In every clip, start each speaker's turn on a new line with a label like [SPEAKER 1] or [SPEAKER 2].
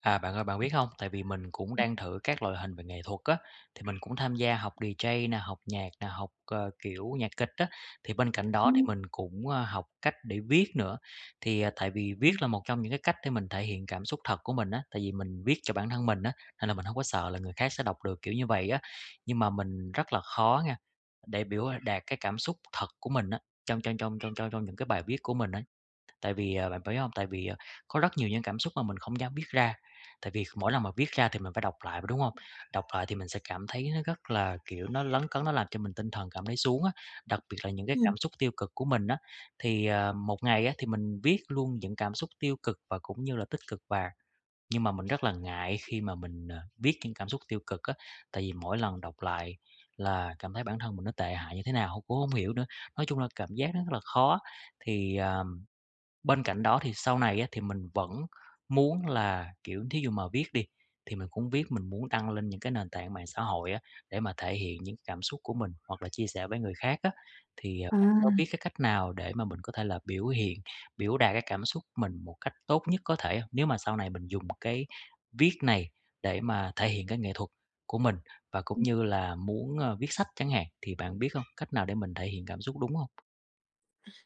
[SPEAKER 1] À, bạn ơi, bạn biết không? Tại vì mình cũng đang thử các loại hình về nghệ thuật á, thì mình cũng tham gia học DJ nè, học nhạc nè, học, kiểu, nhạc kịch á, thì bên cạnh đó thì
[SPEAKER 2] Ừm,
[SPEAKER 1] mình cũng, học cách để viết nữa. Thì, tại vì viết là một trong những cái cách để mình thể hiện cảm xúc thật của mình á, tại vì mình viết cho bản thân mình á, nên là mình không có sợ là người khác sẽ đọc được, kiểu như vậy á. Nhưng mà mình rất là khó nha, để biểu đạt cái cảm xúc thật của mình á, trong trong trong trong trong trong những cái bài viết của mình á. Tại vì, bạn biết không, tại vì, có rất nhiều những cảm xúc mà mình không dám viết ra, tại vì mỗi lần mà viết ra thì mình phải đọc lại, đúng không? Đọc lại thì mình sẽ cảm thấy nó rất là, kiểu, nó lấn cấn, nó làm cho mình tinh thần cảm thấy xuống á, đặc biệt là những cái
[SPEAKER 2] ừm,
[SPEAKER 1] cảm xúc tiêu cực của mình á. Thì, một ngày á, thì mình viết luôn những cảm xúc tiêu cực và cũng như là tích cực vào, nhưng mà mình rất là ngại khi mà mình, viết những cảm xúc tiêu cực á, tại vì mỗi lần đọc lại là cảm thấy bản thân mình nó tệ hại như thế nào cũng không hiểu nữa. Nói chung là cảm giác nó rất là khó, thì, à bên cạnh đó thì sau này á, thì mình vẫn muốn là, kiểu, thí dụ mà viết đi, thì mình cũng viết mình muốn đăng lên những cái nền tảng mạng xã hội á, để mà thể hiện những cảm xúc của mình hoặc là chia sẻ với người khác á. Thì, bạn có biết
[SPEAKER 2] à,
[SPEAKER 1] cái cách nào để mà mình có thể là biểu hiện, biểu đạt cái cảm xúc mình một cách tốt nhất có thể không? Nếu mà sau này mình dùng cái viết này để mà thể hiện cái nghệ thuật của mình và cũng
[SPEAKER 2] ừm,
[SPEAKER 1] như là muốn, viết sách chẳng hạn, thì bạn biết không cách nào để mình thể hiện cảm xúc đúng không?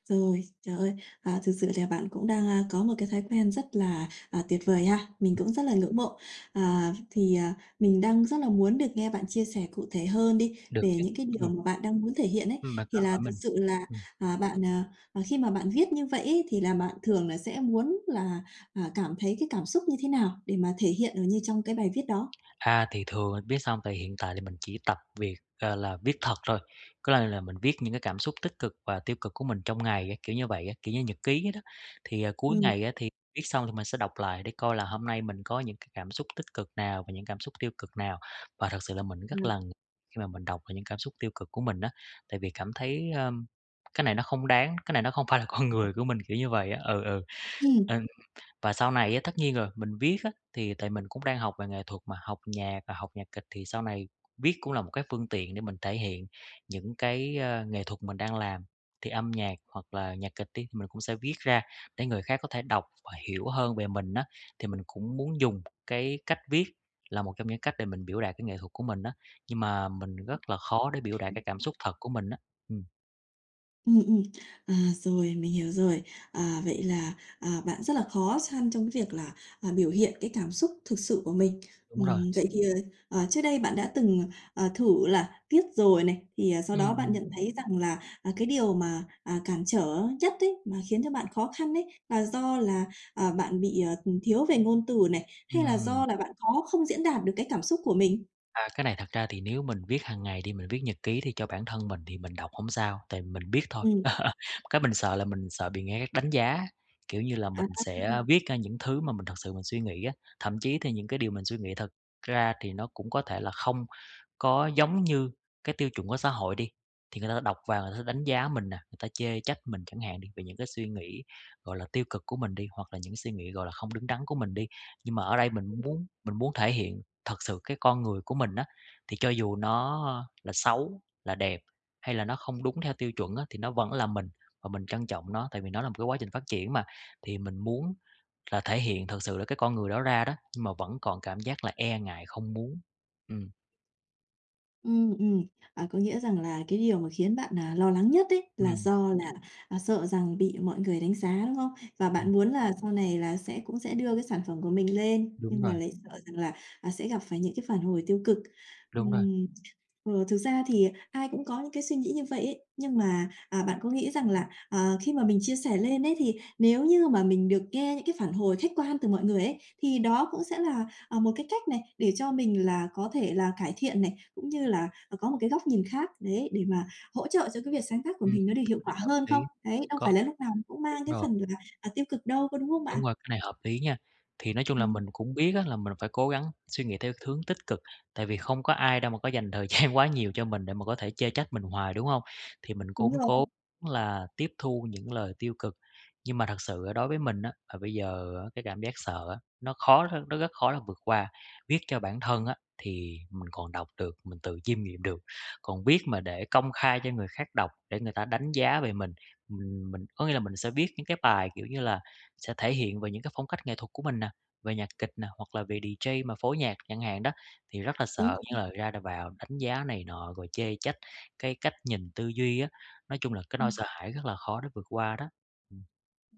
[SPEAKER 2] Rồi, trời ơi! Thực sự là bạn cũng đang, có một cái thói quen rất là, tuyệt vời ha, mình cũng rất là ngưỡng mộ. Mình đang rất là muốn được nghe bạn chia sẻ cụ thể hơn đi
[SPEAKER 1] Được
[SPEAKER 2] về
[SPEAKER 1] chứ?
[SPEAKER 2] những cái điều
[SPEAKER 1] Ừm,
[SPEAKER 2] mà bạn đang muốn thể hiện ấy.
[SPEAKER 1] bạn
[SPEAKER 2] Thì
[SPEAKER 1] cứ
[SPEAKER 2] là
[SPEAKER 1] hỏi
[SPEAKER 2] thực
[SPEAKER 1] mình.
[SPEAKER 2] sự là,
[SPEAKER 1] Ừm.
[SPEAKER 2] à, bạn, à, khi mà bạn viết như vậy ấy, thì là bạn thường là sẽ muốn là, cảm thấy cái cảm xúc như thế nào để mà thể hiện ở như trong cái bài viết đó?
[SPEAKER 1] À, thì thường mình viết xong tại hiện tại thì mình chỉ tập việc, là viết thật thôi, có lẽ là mình viết những cái cảm xúc tích cực và tiêu cực của mình trong ngày á, kiểu như vậy á, kiểu như nhật ký vậy đó. Thì, cuối
[SPEAKER 2] Ừm,
[SPEAKER 1] ngày á, thì viết xong thì mình sẽ đọc lại để coi là hôm nay mình có những cái cảm xúc tích cực nào và những cảm xúc tiêu cực nào. Và thật sự là mình rất
[SPEAKER 2] ừm.
[SPEAKER 1] là ngại khi mà mình đọc về những cảm xúc tiêu cực của mình đó, tại vì cảm thấy, cái này nó không đáng, cái này nó không phải là con người của mình, kiểu như vậy á. Ừ, ừ,
[SPEAKER 2] Ừm.
[SPEAKER 1] ờ, và sau này á, tất nhiên rồi, mình viết á, thì tại mình cũng đang học về nghệ thuật mà, học nhạc và học nhạc kịch thì sau này viết cũng là một cái phương tiện để mình thể hiện những cái, nghệ thuật mình đang làm. Thì âm nhạc hoặc là nhạc kịch đi, thì mình cũng sẽ viết ra để người khác có thể đọc và hiểu hơn về mình á, thì mình cũng muốn dùng cái cách viết là một trong những cách để mình biểu đạt cái nghệ thuật của mình á, nhưng mà mình rất là khó để biểu đạt cái cảm xúc thật của mình á. Ừm,
[SPEAKER 2] Ừ, ừm. À, Rồi, mình hiểu rồi. Vậy là, bạn rất là khó khăn trong cái việc là, biểu hiện cái cảm xúc thực sự của mình.
[SPEAKER 1] đúng rồi.
[SPEAKER 2] Vậy thì, trước đây bạn đã từng, thử là viết rồi này, thì, sau
[SPEAKER 1] Ừ,
[SPEAKER 2] đó bạn
[SPEAKER 1] ừ,
[SPEAKER 2] nhận thấy rằng là, cái điều mà, cản trở nhất ấy, mà khiến cho bạn khó khăn ấy, là do là, bạn bị, thiếu về ngôn từ này, hay là
[SPEAKER 1] ừm.
[SPEAKER 2] do là bạn khó không diễn đạt được cái cảm xúc của mình?
[SPEAKER 1] À, cái này thật ra thì nếu mình viết hàng ngày đi, mình viết nhật ký thì cho bản thân mình thì mình đọc không sao, tại mình biết thôi.
[SPEAKER 2] Ừm,
[SPEAKER 1] Cái mình sợ là mình sợ bị nghe khác đánh giá, kiểu như là, mình
[SPEAKER 2] à.
[SPEAKER 1] sẽ viết ra những thứ mà mình thật sự mình suy nghĩ á, thậm chí thì những cái điều mình suy nghĩ thật ra thì nó cũng có thể là không có giống như cái tiêu chuẩn của xã hội đi, thì người ta đọc vào người ta đánh giá mình nè, người ta chê trách mình chẳng hạn đi, về những cái suy nghĩ, gọi là, tiêu cực của mình đi, hoặc là những suy nghĩ, gọi là, không đứng đắn của mình đi. Nhưng mà ở đây mình muốn thể hiện thật sự cái con người của mình á, thì cho dù nó là xấu, là đẹp hay là nó không đúng theo tiêu chuẩn á, thì nó vẫn là mình và mình trân trọng nó, tại vì nó là một cái quá trình phát triển mà. Thì mình muốn là thể hiện thật sự là cái con người đó ra đó, nhưng mà vẫn còn cảm giác là e ngại, không muốn. Ừm,
[SPEAKER 2] Ừm, ừm. Có nghĩa rằng là cái điều mà khiến bạn, lo lắng nhất ấy là
[SPEAKER 1] ừm,
[SPEAKER 2] do là, sợ rằng bị mọi người đánh giá, đúng không? Và bạn
[SPEAKER 1] ừm,
[SPEAKER 2] muốn là sau này là sẽ cũng sẽ đưa cái sản phẩm của mình lên,
[SPEAKER 1] đúng
[SPEAKER 2] nhưng mà
[SPEAKER 1] rồi,
[SPEAKER 2] lại sợ rằng là, sẽ gặp phải những cái phản hồi tiêu cực.
[SPEAKER 1] đúng rồi.
[SPEAKER 2] Ừm, Thực ra thì ai cũng có những cái suy nghĩ như vậy ấy, nhưng mà, bạn có nghĩ rằng là, khi mà mình chia sẻ lên ấy, thì nếu như mà mình được nghe những cái phản hồi khách quan từ mọi người ấy, thì đó cũng sẽ là một cái cách này để cho mình là có thể là cải thiện này, cũng như là, có một cái góc nhìn khác, đấy, để mà hỗ trợ cho cái việc sáng tác của
[SPEAKER 1] Ừm,
[SPEAKER 2] mình nó được
[SPEAKER 1] cái
[SPEAKER 2] hiệu quả
[SPEAKER 1] này hợp
[SPEAKER 2] hơn
[SPEAKER 1] lý,
[SPEAKER 2] không? Đấy,
[SPEAKER 1] đúng
[SPEAKER 2] đâu phải
[SPEAKER 1] có
[SPEAKER 2] là lúc nào cũng
[SPEAKER 1] đúng
[SPEAKER 2] mang cái
[SPEAKER 1] rồi.
[SPEAKER 2] phần là, tiêu cực đâu, có đúng không bạn?
[SPEAKER 1] Đúng rồi, cái này hợp lý nha. Thì nói chung là
[SPEAKER 2] Ừm,
[SPEAKER 1] mình cũng biết á là mình phải cố gắng suy nghĩ theo hướng tích cực, tại vì không có ai đâu mà có dành thời gian quá nhiều cho mình để mà có thể chê trách mình hoài, đúng không? Thì mình
[SPEAKER 2] đúng
[SPEAKER 1] cũng
[SPEAKER 2] rồi,
[SPEAKER 1] cố là tiếp thu những lời tiêu cực, nhưng mà thật sự đối với mình á, là bây giờ á cái cảm giác sợ á, nó rất khó là vượt qua. Viết cho bản thân á, thì mình còn đọc được, mình tự chiêm nghiệm được, còn viết mà để công khai cho người khác đọc, để người ta đánh giá về mình, mình có nghĩa là mình sẽ viết những cái bài, kiểu như là, sẽ thể hiện về những cái phong cách nghệ thuật của mình nè, về nhạc kịch nè, hoặc là về DJ mà phối nhạc chẳng hạn đó, thì rất là
[SPEAKER 2] đúng
[SPEAKER 1] sợ
[SPEAKER 2] rồi,
[SPEAKER 1] những lời ra đà vào đánh giá này nọ, rồi chê trách cái cách nhìn tư duy á. Nói chung là cái nỗi
[SPEAKER 2] ừm.
[SPEAKER 1] sợ hãi rất là khó để vượt qua đó. Ừm,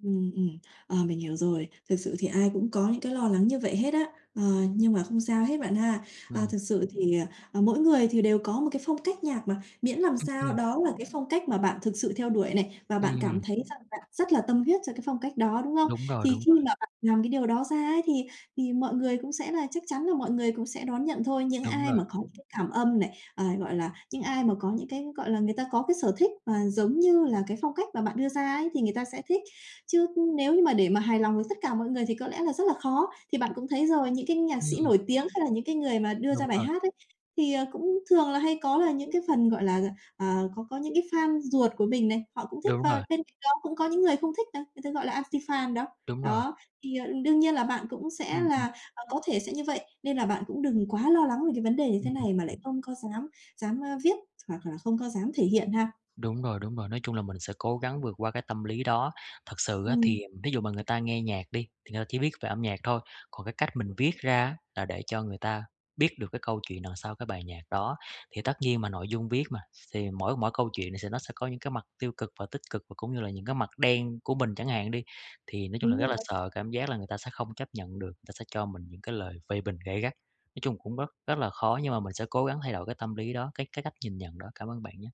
[SPEAKER 2] Ừ, ừm, mình hiểu rồi. Thực sự thì ai cũng có những cái lo lắng như vậy hết á, ờ, nhưng mà không sao hết bạn ha.
[SPEAKER 1] ừm,
[SPEAKER 2] Thực sự thì, mỗi người thì đều có một cái phong cách nhạc mà, miễn làm sao
[SPEAKER 1] ừm,
[SPEAKER 2] đó là cái phong cách mà bạn thực sự theo đuổi này, và
[SPEAKER 1] ừm,
[SPEAKER 2] bạn cảm
[SPEAKER 1] ừm,
[SPEAKER 2] thấy rằng bạn rất là tâm huyết cho cái phong cách đó, đúng không?
[SPEAKER 1] đúng rồi,
[SPEAKER 2] Thì
[SPEAKER 1] đúng
[SPEAKER 2] khi
[SPEAKER 1] rồi,
[SPEAKER 2] mà bạn làm cái điều đó ra ấy thì mọi người cũng sẽ là chắc chắn là mọi người cũng sẽ đón nhận thôi. Những
[SPEAKER 1] đúng
[SPEAKER 2] ai
[SPEAKER 1] rồi,
[SPEAKER 2] mà có những cái cảm âm này, gọi là, những ai mà có những cái, gọi là, người ta có cái sở thích mà giống như là cái phong cách mà bạn đưa ra ấy thì người ta sẽ thích. Chứ nếu như mà để mà hài lòng với tất cả mọi người thì có lẽ là rất là khó. Thì bạn cũng thấy rồi, những cái nhạc sĩ
[SPEAKER 1] ừm,
[SPEAKER 2] nổi tiếng hay là những cái người mà đưa
[SPEAKER 1] đúng
[SPEAKER 2] ra bài
[SPEAKER 1] rồi,
[SPEAKER 2] hát ấy, thì, cũng thường là hay có là những cái phần, gọi là, có những cái fan ruột của mình này, họ cũng thích
[SPEAKER 1] đúng
[SPEAKER 2] và
[SPEAKER 1] rồi,
[SPEAKER 2] bên cạnh đó cũng có những người không thích này, người ta gọi là anti-fan đó.
[SPEAKER 1] đúng rồi,
[SPEAKER 2] Đó, thì, đương nhiên là bạn cũng sẽ
[SPEAKER 1] ừm, ừm,
[SPEAKER 2] là, có thể sẽ như vậy, nên là bạn cũng đừng quá lo lắng về cái vấn đề như thế này
[SPEAKER 1] ừm.
[SPEAKER 2] mà lại không có dám dám, ơ, viết hoặc là không có dám thể hiện ha.
[SPEAKER 1] Đúng rồi, nói chung là mình sẽ cố gắng vượt qua cái tâm lý đó. Thật sự á thì
[SPEAKER 2] Ừm,
[SPEAKER 1] ví dụ mà người ta nghe nhạc đi, thì người ta chỉ biết về âm nhạc thôi, còn cái cách mình viết ra á là để cho người ta biết được cái câu chuyện đằng sau cái bài nhạc đó. Thì tất nhiên mà nội dung viết mà, thì mỗi mỗi câu chuyện này nó sẽ có những cái mặt tiêu cực và tích cực và cũng như là những cái mặt đen của mình chẳng hạn đi, thì nói chung là
[SPEAKER 2] đúng
[SPEAKER 1] rất là
[SPEAKER 2] rồi.
[SPEAKER 1] sợ cảm giác là người ta sẽ không chấp nhận được, người ta sẽ cho mình những cái lời phê bình gay gắt. Nói chung cũng rất rất là khó nhưng mà mình sẽ cố gắng thay đổi cái tâm lý đó, cái cách nhìn nhận đó. Cảm ơn bạn nhé.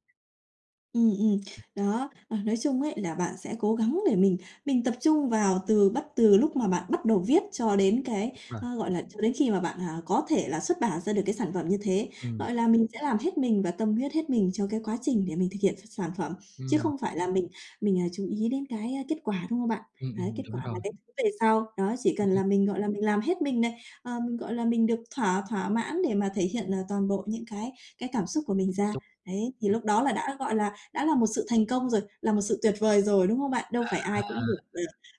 [SPEAKER 2] Ừ. Đó, nói chung ấy là bạn sẽ cố gắng để mình tập trung vào từ lúc mà bạn bắt đầu viết cho đến cái,
[SPEAKER 1] Đúng rồi.
[SPEAKER 2] gọi là, cho đến khi mà bạn, có thể là xuất bản ra được cái sản phẩm như thế.
[SPEAKER 1] Ừm.
[SPEAKER 2] Gọi là, mình sẽ làm hết mình và tâm huyết hết mình cho cái quá trình để mình thực hiện sản phẩm, chứ
[SPEAKER 1] Ừm,
[SPEAKER 2] không phải là mình chú ý đến cái, kết quả, đúng không bạn? Đấy, kết
[SPEAKER 1] đúng
[SPEAKER 2] quả là
[SPEAKER 1] rồi,
[SPEAKER 2] cái thứ về sau. Đó, chỉ
[SPEAKER 1] ừm,
[SPEAKER 2] cần
[SPEAKER 1] ừm,
[SPEAKER 2] là mình, gọi là, mình làm hết mình này, mình, gọi là, mình được thỏa thỏa mãn để mà thể hiện, là toàn bộ những cái cảm xúc của mình ra.
[SPEAKER 1] xúc
[SPEAKER 2] Đấy, thì lúc đó là đã, gọi là đã là một sự thành công rồi, là một sự tuyệt vời rồi, đúng không bạn? Đâu phải ai
[SPEAKER 1] à,
[SPEAKER 2] cũng được,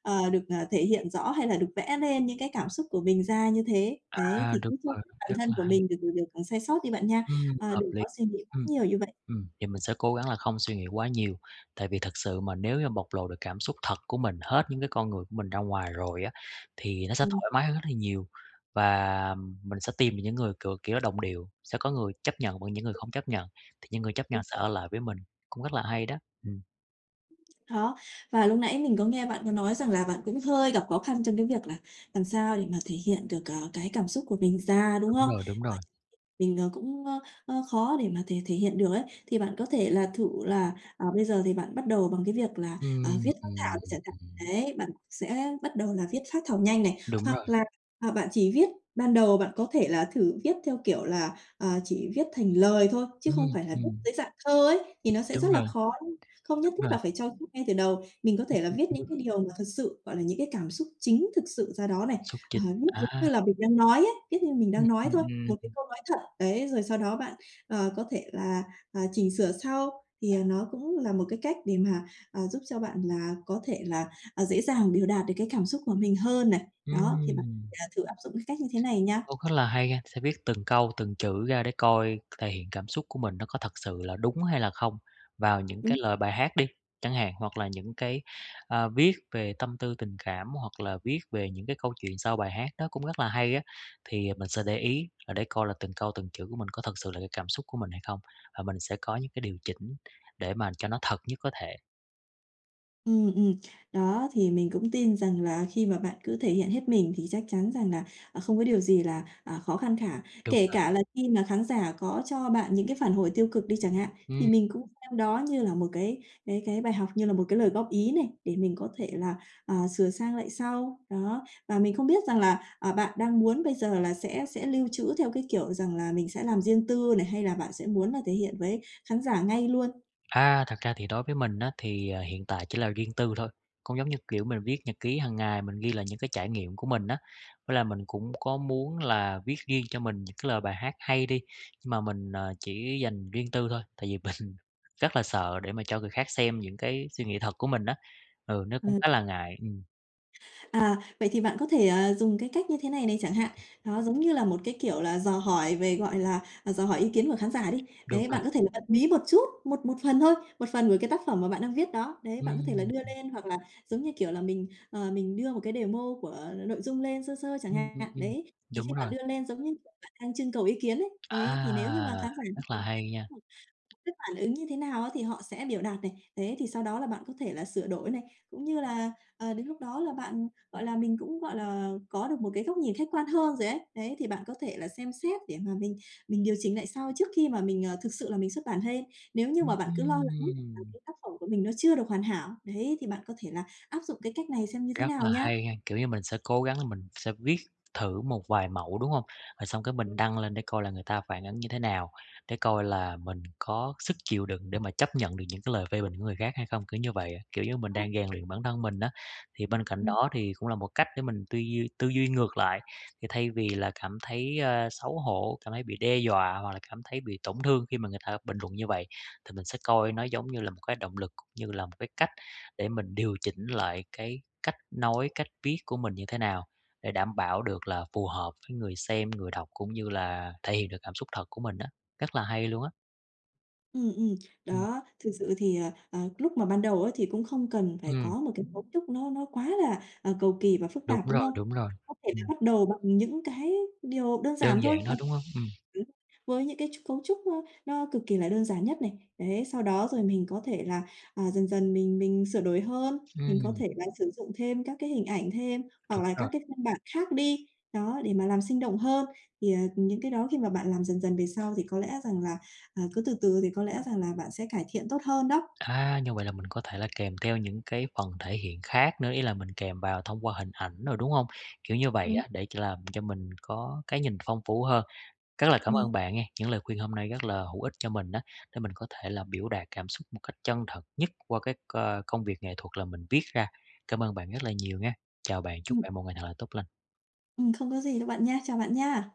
[SPEAKER 2] thể hiện rõ hay là được vẽ lên những cái cảm xúc của mình ra như thế. Đấy, thì
[SPEAKER 1] đúng
[SPEAKER 2] cứ cho
[SPEAKER 1] rồi,
[SPEAKER 2] phép bản
[SPEAKER 1] rất
[SPEAKER 2] thân
[SPEAKER 1] là
[SPEAKER 2] của
[SPEAKER 1] hay,
[SPEAKER 2] mình được được được, ờ, sai sót đi bạn nha,
[SPEAKER 1] hợp
[SPEAKER 2] đừng
[SPEAKER 1] lý.
[SPEAKER 2] có suy nghĩ quá
[SPEAKER 1] Ừm,
[SPEAKER 2] nhiều như vậy.
[SPEAKER 1] vậy mình sẽ cố gắng là không suy nghĩ quá nhiều, tại vì thật sự mà nếu như bộc lộ được cảm xúc thật của mình, hết những cái con người của mình ra ngoài rồi á, thì nó sẽ
[SPEAKER 2] Ừm,
[SPEAKER 1] thoải mái hơn rất là nhiều và mình sẽ tìm được những người, kiểu, kiểu là, đồng điệu, sẽ có người chấp nhận và những người không chấp nhận, thì những người chấp nhận
[SPEAKER 2] đúng
[SPEAKER 1] sẽ
[SPEAKER 2] rồi
[SPEAKER 1] ở lại với mình, cũng rất là hay đó. Ừm,
[SPEAKER 2] đó. Và lúc nãy mình có nghe bạn có nói rằng là bạn cũng hơi gặp khó khăn trong cái việc là làm sao để mà thể hiện được, cái cảm xúc của mình ra, đúng
[SPEAKER 1] đúng
[SPEAKER 2] không?
[SPEAKER 1] rồi, đúng
[SPEAKER 2] Ờ.
[SPEAKER 1] rồi.
[SPEAKER 2] Mình, cũng, ơ, ơ, khó để mà thể thể hiện được ấy, thì bạn có thể là thử là, bây giờ thì bạn bắt đầu bằng cái việc là,
[SPEAKER 1] Ừm,
[SPEAKER 2] viết phác thảo
[SPEAKER 1] ừm,
[SPEAKER 2] đi chẳng hạn.
[SPEAKER 1] ừm,
[SPEAKER 2] Đấy, bạn sẽ bắt đầu là viết phác thảo nhanh này,
[SPEAKER 1] đúng rồi,
[SPEAKER 2] hoặc là, bạn chỉ viết ban đầu bạn có thể là thử viết theo kiểu là, chỉ viết thành lời thôi, chứ không
[SPEAKER 1] ừm,
[SPEAKER 2] phải là viết
[SPEAKER 1] ừm,
[SPEAKER 2] dưới dạng thơ ấy, thì nó sẽ
[SPEAKER 1] đúng
[SPEAKER 2] rất là
[SPEAKER 1] rồi,
[SPEAKER 2] khó, không nhất
[SPEAKER 1] đúng
[SPEAKER 2] thiết
[SPEAKER 1] rồi.
[SPEAKER 2] là phải trau chuốt ngay từ đầu. Mình có
[SPEAKER 1] Ừm,
[SPEAKER 2] thể là
[SPEAKER 1] ừm,
[SPEAKER 2] viết những
[SPEAKER 1] ừm,
[SPEAKER 2] cái điều mà thật sự, gọi là, những cái cảm xúc chính thực sự ra đó này.
[SPEAKER 1] xúc chín,
[SPEAKER 2] Lúc
[SPEAKER 1] à,
[SPEAKER 2] giống như là mình đang nói ấy, biết như mình
[SPEAKER 1] Ừm,
[SPEAKER 2] đang nói thôi, một cái câu nói thật, đấy, rồi sau đó bạn, có thể là, chỉnh sửa sau, thì, nó cũng là một cái cách để mà, giúp cho bạn là có thể là, dễ dàng biểu đạt được cái cảm xúc của mình hơn này. Đó, thì bạn,
[SPEAKER 1] Ừm,
[SPEAKER 2] thử áp dụng cái cách như thế này nha.
[SPEAKER 1] ô, rất là hay ha, sẽ viết từng câu, từng chữ ra để coi thể hiện cảm xúc của mình nó có thật sự là đúng hay là không vào những cái lời bài hát đi, chẳng hạn, hoặc là những cái, viết về tâm tư tình cảm, hoặc là viết về những cái câu chuyện sau bài hát đó cũng rất là hay á. Thì mình sẽ để ý là để coi là từng câu từng chữ của mình có thật sự là cái cảm xúc của mình hay không, và mình sẽ có những cái điều chỉnh để mà cho nó thật nhất có thể.
[SPEAKER 2] Ừ. Đó, thì mình cũng tin rằng là khi mà bạn cứ thể hiện hết mình thì chắc chắn rằng là, không có điều gì là, khó khăn cả.
[SPEAKER 1] Đúng
[SPEAKER 2] Kể
[SPEAKER 1] rồi,
[SPEAKER 2] cả là khi mà khán giả có cho bạn những cái phản hồi tiêu cực đi chẳng hạn, thì
[SPEAKER 1] ừm.
[SPEAKER 2] mình cũng xem đó như là một cái bài học, như là một cái lời góp ý này, để mình có thể là, sửa sang lại sau. Đó, và mình không biết rằng là, bạn đang muốn bây giờ là sẽ lưu trữ theo cái kiểu rằng là mình sẽ làm riêng tư này, hay là bạn sẽ muốn là thể hiện với khán giả ngay luôn?
[SPEAKER 1] À, thật ra thì đối với mình á, thì, hiện tại chỉ là riêng tư thôi, cũng giống như, kiểu, mình viết nhật ký hàng ngày, mình ghi lại những cái trải nghiệm của mình á. Với là mình cũng có muốn là viết riêng cho mình những cái lời bài hát hay đi, nhưng mà mình, chỉ dành riêng tư thôi, tại vì mình rất là sợ để mà cho người khác xem những cái suy nghĩ thật của mình á. Ừ, nó
[SPEAKER 2] Ờ.
[SPEAKER 1] cũng khá là ngại,
[SPEAKER 2] Vậy thì bạn có thể, dùng cái cách như thế này này chẳng hạn, đó, giống như là một cái, kiểu là, dò hỏi về, gọi là, dò hỏi ý kiến của khán giả đi.
[SPEAKER 1] đúng
[SPEAKER 2] Đấy,
[SPEAKER 1] rồi,
[SPEAKER 2] bạn có thể là bật mí một chút, một một phần thôi, một phần của cái tác phẩm mà bạn đang viết đó. Đấy, bạn có thể là đưa
[SPEAKER 1] ừm,
[SPEAKER 2] lên hoặc là giống như, kiểu là, mình, mình đưa một cái demo của nội dung lên sơ sơ chẳng
[SPEAKER 1] ừm, ừm,
[SPEAKER 2] hạn.
[SPEAKER 1] ừm,
[SPEAKER 2] Đấy, thì khi
[SPEAKER 1] đúng
[SPEAKER 2] bạn
[SPEAKER 1] rồi.
[SPEAKER 2] đưa lên giống như, kiểu, bạn đang trưng cầu ý kiến ấy. Đấy, thì nếu như mà
[SPEAKER 1] À,
[SPEAKER 2] khán giả
[SPEAKER 1] rất là hay nha.
[SPEAKER 2] cái phản ứng như thế nào á thì họ sẽ biểu đạt này, thế thì sau đó là bạn có thể là sửa đổi này, cũng như là, đến lúc đó là bạn, gọi là, mình cũng, gọi là, có được một cái góc nhìn khách quan hơn rồi ấy. Đấy, thì bạn có thể là xem xét để mà mình điều chỉnh lại sau trước khi mà mình, thực sự là mình xuất bản thêm. Nếu như mà bạn cứ lo lắng là
[SPEAKER 1] Ừm.
[SPEAKER 2] cái tác phẩm của mình nó chưa được hoàn hảo, đấy, thì bạn có thể là áp dụng cái cách này xem như thế
[SPEAKER 1] Rất
[SPEAKER 2] nào
[SPEAKER 1] là
[SPEAKER 2] nhá.
[SPEAKER 1] hay ha, kiểu như, mình sẽ cố gắng là mình sẽ viết thử một vài mẫu, đúng hông? Rồi xong cái mình
[SPEAKER 2] Ừm.
[SPEAKER 1] đăng lên để coi là người ta phản ứng như thế nào, để coi là mình có sức chịu đựng để mà chấp nhận được những cái lời phê bình của người khác hay không, kiểu như vậy á. Kiểu như, mình đang rèn luyện bản thân mình á, thì bên cạnh đó thì cũng là một cách để mình tư duy ngược lại, thì thay vì là cảm thấy, xấu hổ, cảm thấy bị đe dọa hoặc là cảm thấy bị tổn thương khi mà người ta bình luận như vậy, thì mình sẽ coi nó giống như là một cái động lực, cũng như là một cái cách để mình điều chỉnh lại cái cách nói, cách viết của mình như thế nào để đảm bảo được là phù hợp với người xem, người đọc cũng như là thể hiện được cảm xúc thật của mình á, rất là hay luôn á.
[SPEAKER 2] Ừ.
[SPEAKER 1] Ừm,
[SPEAKER 2] Đó, thực sự thì, lúc mà ban đầu á thì cũng không cần phải
[SPEAKER 1] ừm,
[SPEAKER 2] có một cái cấu trúc nó quá là, cầu kỳ và phức
[SPEAKER 1] đúng
[SPEAKER 2] tạp, đúng
[SPEAKER 1] rồi,
[SPEAKER 2] không?
[SPEAKER 1] đúng rồi.
[SPEAKER 2] Có thể là
[SPEAKER 1] Ừm,
[SPEAKER 2] bắt đầu bằng những cái điều đơn
[SPEAKER 1] đơn
[SPEAKER 2] giản thôi,
[SPEAKER 1] giản thôi,
[SPEAKER 2] bằng
[SPEAKER 1] đúng hông?
[SPEAKER 2] với những cái cấu trúc, nó cực kỳ là đơn giản nhất này. Đấy, sau đó rồi mình có thể là, dần dần mình sửa đổi hơn, mình có
[SPEAKER 1] Ừm,
[SPEAKER 2] thể là sử dụng thêm các cái hình ảnh thêm, hoặc
[SPEAKER 1] đúng
[SPEAKER 2] là các
[SPEAKER 1] rồi.
[SPEAKER 2] cái phiên bản khác đi, đó, để mà làm sinh động hơn. Thì, những cái đó khi mà bạn làm dần dần về sau thì có lẽ rằng là. Cứ từ từ thì có lẽ rằng là bạn sẽ cải thiện tốt hơn đó.
[SPEAKER 1] À, như vậy là mình có thể là kèm theo những cái phần thể hiện khác nữa, ý là mình kèm vào thông qua hình ảnh rồi, đúng hông? Kiểu như vậy
[SPEAKER 2] Đúng.
[SPEAKER 1] á, để cho làm cho mình có cái nhìn phong phú hơn. Rất là cảm
[SPEAKER 2] Ừm,
[SPEAKER 1] ơn bạn nghe, những lời khuyên hôm nay rất là hữu ích cho mình đó để mình có thể là biểu đạt cảm xúc một cách chân thật nhất qua cái công việc nghệ thuật là mình viết ra. Cảm ơn bạn rất là nhiều nghe. Chào bạn, chúc
[SPEAKER 2] ừm,
[SPEAKER 1] bạn một ngày thật là tốt lành.
[SPEAKER 2] không có gì đâu bạn nha. Chào bạn nha.